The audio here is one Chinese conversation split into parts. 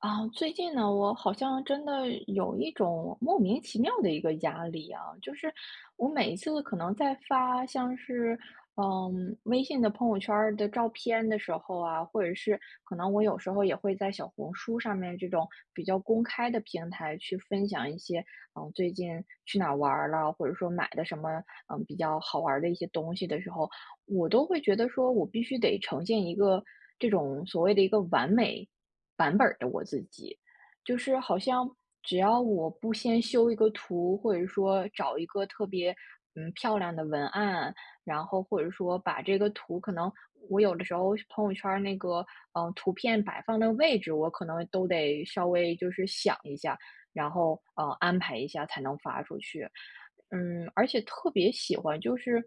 啊，最近呢，我好像真的有一种莫名其妙的一个压力啊，就是我每一次可能在发像是微信的朋友圈儿的照片的时候啊，或者是可能我有时候也会在小红书上面这种比较公开的平台去分享一些最近去哪儿玩儿了，或者说买的什么比较好玩儿的一些东西的时候，我都会觉得说我必须得呈现一个这种所谓的一个完美版本儿的我自己。就是好像只要我不先修一个图，或者说找一个特别漂亮的文案，然后或者说把这个图，可能我有的时候朋友圈儿那个图片摆放的位置，我可能都得稍微就是想一下，然后安排一下才能发出去。而且特别喜欢就是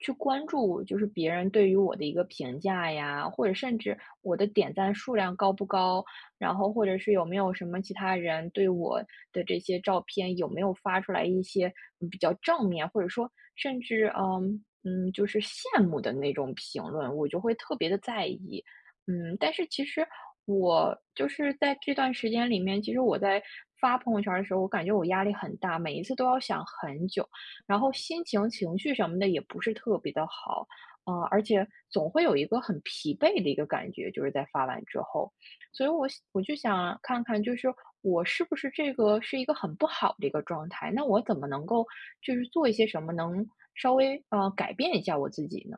去关注，就是别人对于我的一个评价呀，或者甚至我的点赞数量高不高，然后或者是有没有什么其他人对我的这些照片有没有发出来一些比较正面，或者说甚至就是羡慕的那种评论，我就会特别的在意。但是其实我就是在这段时间里面，其实我在发朋友圈儿的时候，我感觉我压力很大，每一次都要想很久，然后心情、情绪什么的也不是特别的好，而且总会有一个很疲惫的一个感觉，就是在发完之后，所以我想我就想看看，就是我是不是这个是一个很不好的一个状态？那我怎么能够就是做一些什么，能稍微改变一下我自己呢？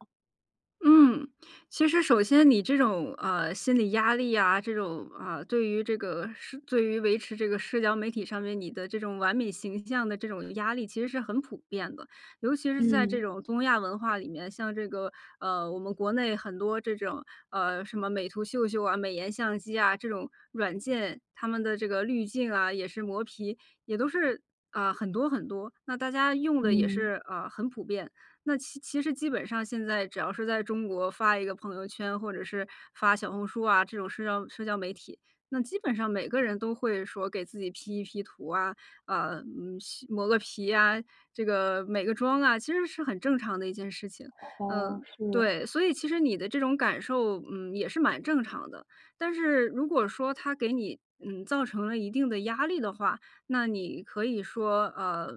嗯，其实首先你这种心理压力啊，这种啊、对于这个是对于维持这个社交媒体上面你的这种完美形象的这种压力，其实是很普遍的，尤其是在这嗯种东亚文化里面，像这个我们国内很多这种什么美图秀秀啊、美颜相机啊这种软件，他们的这个滤镜啊也是磨皮，也都是啊、很多很多，那大家用的也嗯，是啊很普遍。那其实基本上现在只要是在中国发一个朋友圈，或者是发小红书啊，这种社交媒体，那基本上每个人都会说给自己 P 一 P 图啊，洗磨个皮呀，这个美个妆啊，其实是很正常的一件事情。哦，嗯，是，对，所以其实你的这种感受，嗯，也是蛮正常的。但是如果说它给你，嗯，造成了一定的压力的话，那你可以说，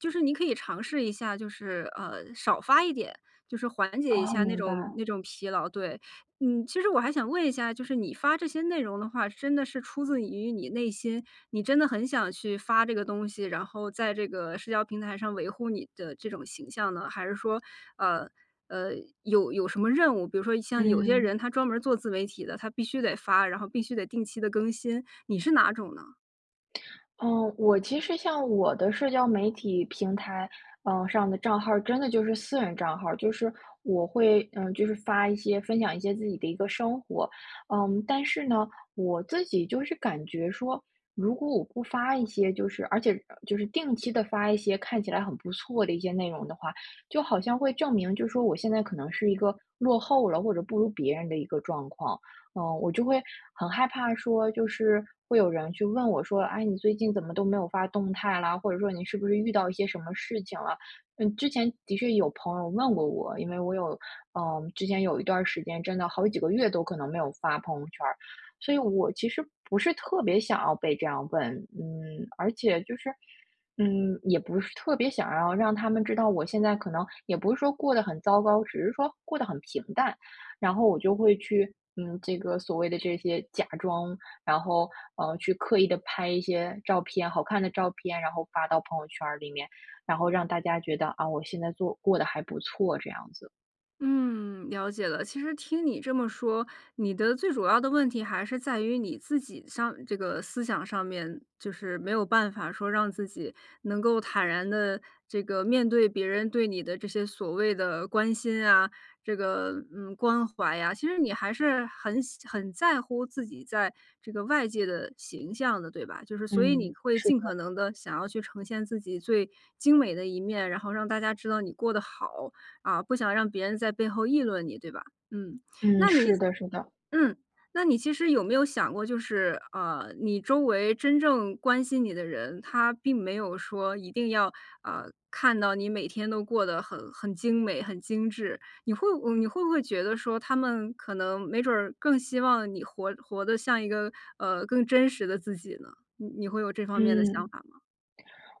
就是你可以尝试一下，就是少发一点，就是缓解一哦，下那明种白，那种疲劳。对，嗯，其实我还想问一下，就是你发这些内容的话，真的是出自于你内心，你真的很想去发这个东西，然后在这个社交平台上维护你的这种形象呢？还是说，呃呃，有什么任务？比如说像有些嗯。人他专门做自媒体的，他必须得发，然后必须得定期的更新，你是哪种呢？嗯，我其实像我的社交媒体平台，上的账号儿真的就是私人账号儿，就是我会，就是发一些分享一些自己的一个生活，但是呢，我自己就是感觉说，如果我不发一些，就是而且就是定期的发一些看起来很不错的一些内容的话，就好像会证明，就是说我现在可能是一个落后了或者不如别人的一个状况，我就会很害怕说，就是会有人去问我说：“哎，你最近怎么都没有发动态啦？或者说你是不是遇到一些什么事情了？”之前的确有朋友问过我，因为我有，之前有一段时间真的好几个月都可能没有发朋友圈儿，所以我其实不是特别想要被这样问，嗯，而且就是，也不是特别想要让他们知道我现在可能也不是说过得很糟糕，只是说过得很平淡。然后我就会去，这个所谓的这些假装，然后去刻意的拍一些照片，好看的照片，然后发到朋友圈儿里面，然后让大家觉得啊，我现在做过得还不错这样子。嗯，了解了。其实听你这么说，你的最主要的问题还是在于你自己上这个思想上面，就是没有办法说让自己能够坦然的这个面对别人对你的这些所谓的关心啊，这个关怀呀、其实你还是很在乎自己在这个外界的形象的，对吧？就是所以你嗯，会是的尽可能的想要去呈现自己最精美的一面，然后让大家知道你过得好。啊，不想让别人在背后议论你，对吧？嗯，嗯，那你是的，是的，嗯，那你其实有没有想过，就是你周围真正关心你的人，他并没有说一定要看到你每天都过得很精美、很精致。你会不会觉得说，他们可能没准儿更希望你活得像一个更真实的自己呢？你会有这方面的想嗯。法吗？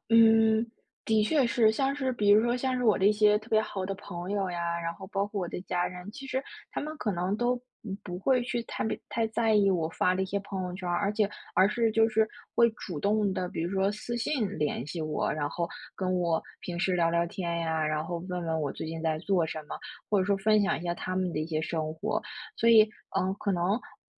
嗯，的确是，像是比如说像是我的一些特别好的朋友呀，然后包括我的家人，其实他们可能都不会去太被太在意我发的一些朋友圈儿，而且而是就是会主动的，比如说私信联系我，然后跟我平时聊聊天呀，然后问问我最近在做什么，或者说分享一下他们的一些生活。所以，可能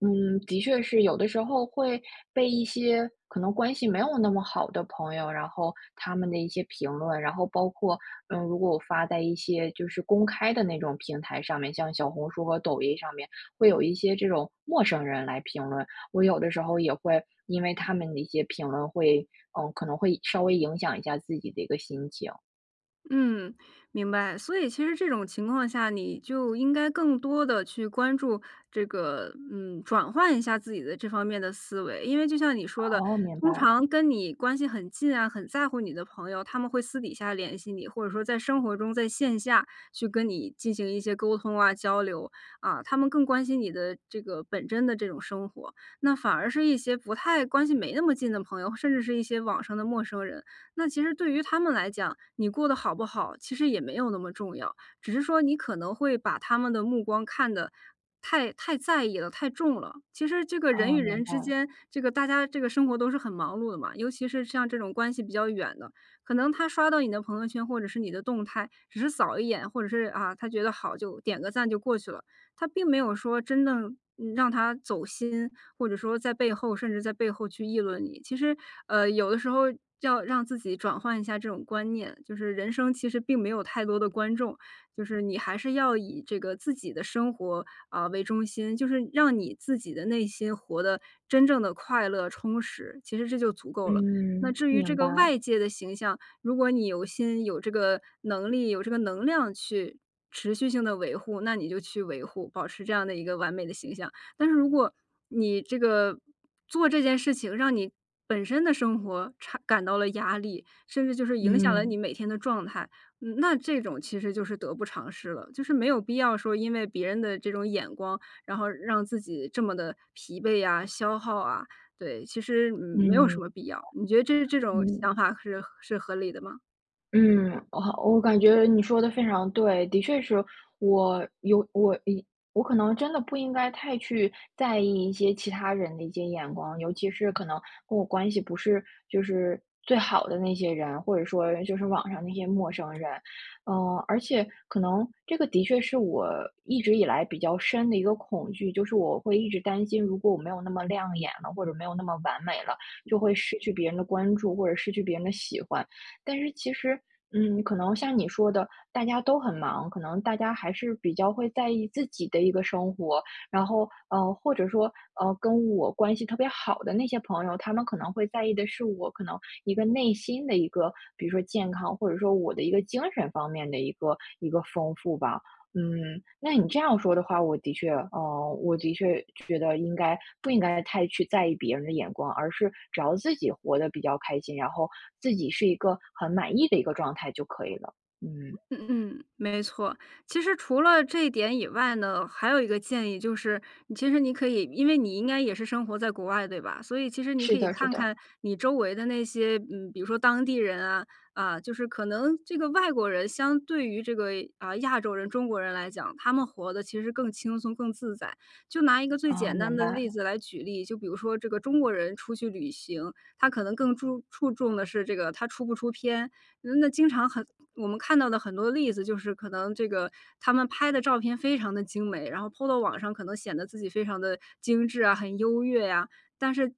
的确是，有的时候会被一些可能关系没有那么好的朋友，然后他们的一些评论，然后包括，如果我发在一些就是公开的那种平台上面，像小红书和抖音上面，会有一些这种陌生人来评论，我有的时候也会因为他们的一些评论会，可能会稍微影响一下自己的一个心情。嗯，明白。所以其实这种情况下，你就应该更多的去关注这个转换一下自己的这方面的思维。因为就像你说的，哦，明通白，常跟你关系很近啊，很在乎你的朋友，他们会私底下联系你，或者说在生活中在线下去跟你进行一些沟通啊、交流，啊，他们更关心你的这个本真的这种生活。那反而是一些不太关系没那么近的朋友，甚至是一些网上的陌生人，那其实对于他们来讲，你过得好不好，其实也没有那么重要，只是说你可能会把他们的目光看得太在意了，太重了。其实这个人哦，与明人白，之间，这个大家这个生活都是很忙碌的嘛，尤其是像这种关系比较远的，可能他刷到你的朋友圈或者是你的动态，只是扫一眼，或者是啊他觉得好就点个赞就过去了，他并没有说真正让他走心，或者说在背后甚至在背后去议论你。其实，有的时候要让自己转换一下这种观念，就是人生其实并没有太多的观众，就是你还是要以这个自己的生活啊、为中心，就是让你自己的内心活得真正的快乐充实，其实这就足够了。那嗯，至于这明个白，外界的形象，如果你有心、有这个能力、有这个能量去持续性的维护，那你就去维护，保持这样的一个完美的形象。但是如果你这个做这件事情，让你本身的生活差感到了压力，甚至就是影响了你嗯，每天的状态，那这种其实就是得不偿失了。就是没有必要说因为别人的这种眼光，然后让自己这么的疲惫呀、消耗啊，对，其实，嗯，没有什嗯，么必要。你觉得这种嗯。想法是合理的吗？嗯，我感觉你说的非常对，的确是我有我一我可能真的不应该太去在意一些其他人的一些眼光，尤其是可能跟我关系不是就是最好的那些人，或者说就是网上那些陌生人。而且可能这个的确是我一直以来比较深的一个恐惧，就是我会一直担心，如果我没有那么亮眼了，或者没有那么完美了，就会失去别人的关注，或者失去别人的喜欢。但是其实可能像你说的，大家都很忙，可能大家还是比较会在意自己的一个生活，然后或者说跟我关系特别好的那些朋友，他们可能会在意的是我可能一个内心的一个，比如说健康，或者说我的一个精神方面的一个丰富吧。那你这样说的话，我的确，我的确觉得不应该太去在意别人的眼光，而是只要自己活得比较开心，然后自己是一个很满意的一个状态就可以了。嗯，嗯嗯，没错。其实除了这一点以外呢，还有一个建议就是，你其实可以，因为你应该也是生活在国外，对吧？所以其实你可是以的，是看的，看你周围的那些，嗯，比如说当地人啊，啊，就是可能这个外国人相对于这个啊亚洲人、中国人来讲，他们活得其实更轻松、更自在。就拿一个最啊，简单明的白。例子来举例，就比如说这个中国人出去旅行，他可能更注重的是这个他出不出片，那经常很我们看到的很多例子就是可能这个他们拍的照片非常的精美，然后 Po 到网上可能显得自己非常的精致啊，很优越呀，但是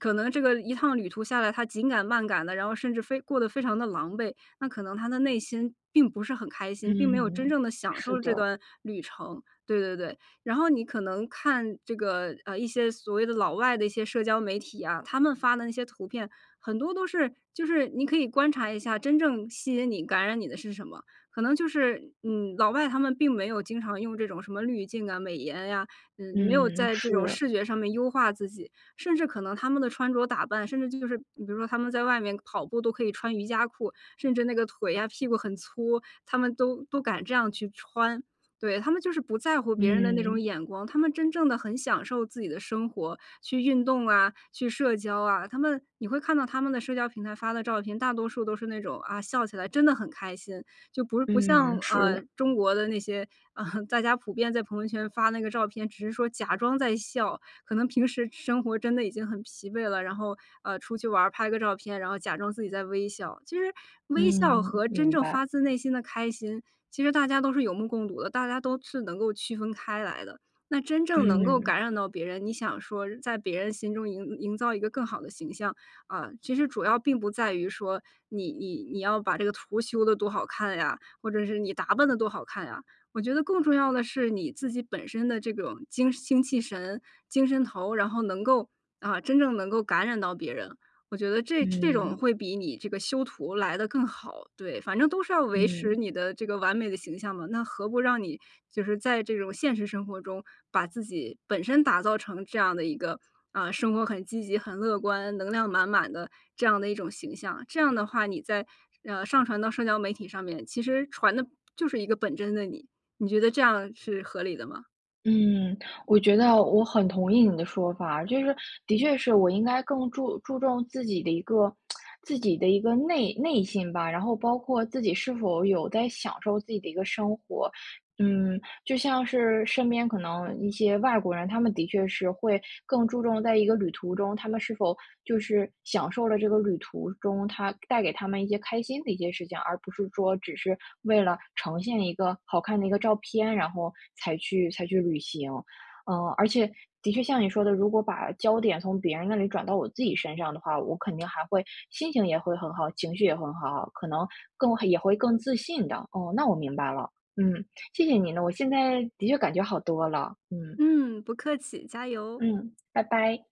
可能这个一趟旅途下来，他紧赶慢赶的，然后甚至非过得非常的狼狈，那可能他的内心并不是很开心，并没有真嗯，正的享是受这的，段旅程，对对对。然后你可能看这个，一些所谓的老外的一些社交媒体啊，他们发的那些图片，很多都是就是你可以观察一下，真正吸引你、感染你的是什么？可能就是，嗯，老外他们并没有经常用这种什么滤镜啊、美颜呀，嗯，没有嗯，在这是，种视觉上面优化自己，甚至可能他们的穿着打扮，甚至就是比如说他们在外面跑步都可以穿瑜伽裤，甚至那个腿呀、屁股很粗，他们都敢这样去穿。对，他们就是不在乎别人的那种嗯，眼光，他们真正的很享受自己的生活，去运动啊，去社交啊。他们你会看到他们的社交平台发的照片，大多数都是那种，啊，笑起来真的很开心，就不像，嗯，是，中国的那些啊，大家普遍在朋友圈发那个照片，只是说假装在笑，可能平时生活真的已经很疲惫了，然后出去玩儿拍个照片，然后假装自己在微笑。其实微笑嗯，和真明正白。发自内心的开心，其实大家都是有目共睹的，大家都是能够区分开来的。那真正能够嗯，感染到别人，你想说在别人心中营造一个更好的形象啊、其实主要并不在于说你要把这个图修的多好看呀，或者是你打扮的多好看呀，我觉得更重要的是你自己本身的这种精气神、精神头，然后能够啊，真正能够感染到别人。我觉得这种嗯，会比你这个修图来的更好，对，反正都是要维持嗯。你的这个完美的形象嘛，那何不让你就是在这种现实生活中，把自己本身打造成这样的一个，啊，生活很积极、很乐观、能量满满的这样的一种形象。这样的话，你在，上传到社交媒体上面，其实传的就是一个本真的你。你觉得这样是合理的吗？嗯，我觉得我很同意你的说法，就是的确是我应该更注重自己的一个内心吧，然后包括自己是否有在享受自己的一个生活。嗯，就像是身边可能一些外国人，他们的确是会更注重在一个旅途中，他们是否就是享受了这个旅途中他带给他们一些开心的一些事情，而不是说只是为了呈现一个好看的一个照片，然后才去旅行。而且的确像你说的，如果把焦点从别人那里转到我自己身上的话，我肯定还会心情也会很好，情绪也会很好，可能更也会更自信的。哦，那我明白了，嗯。谢谢你呢，我现在的确感觉好多了，嗯。嗯，不客气，加油。嗯，拜拜。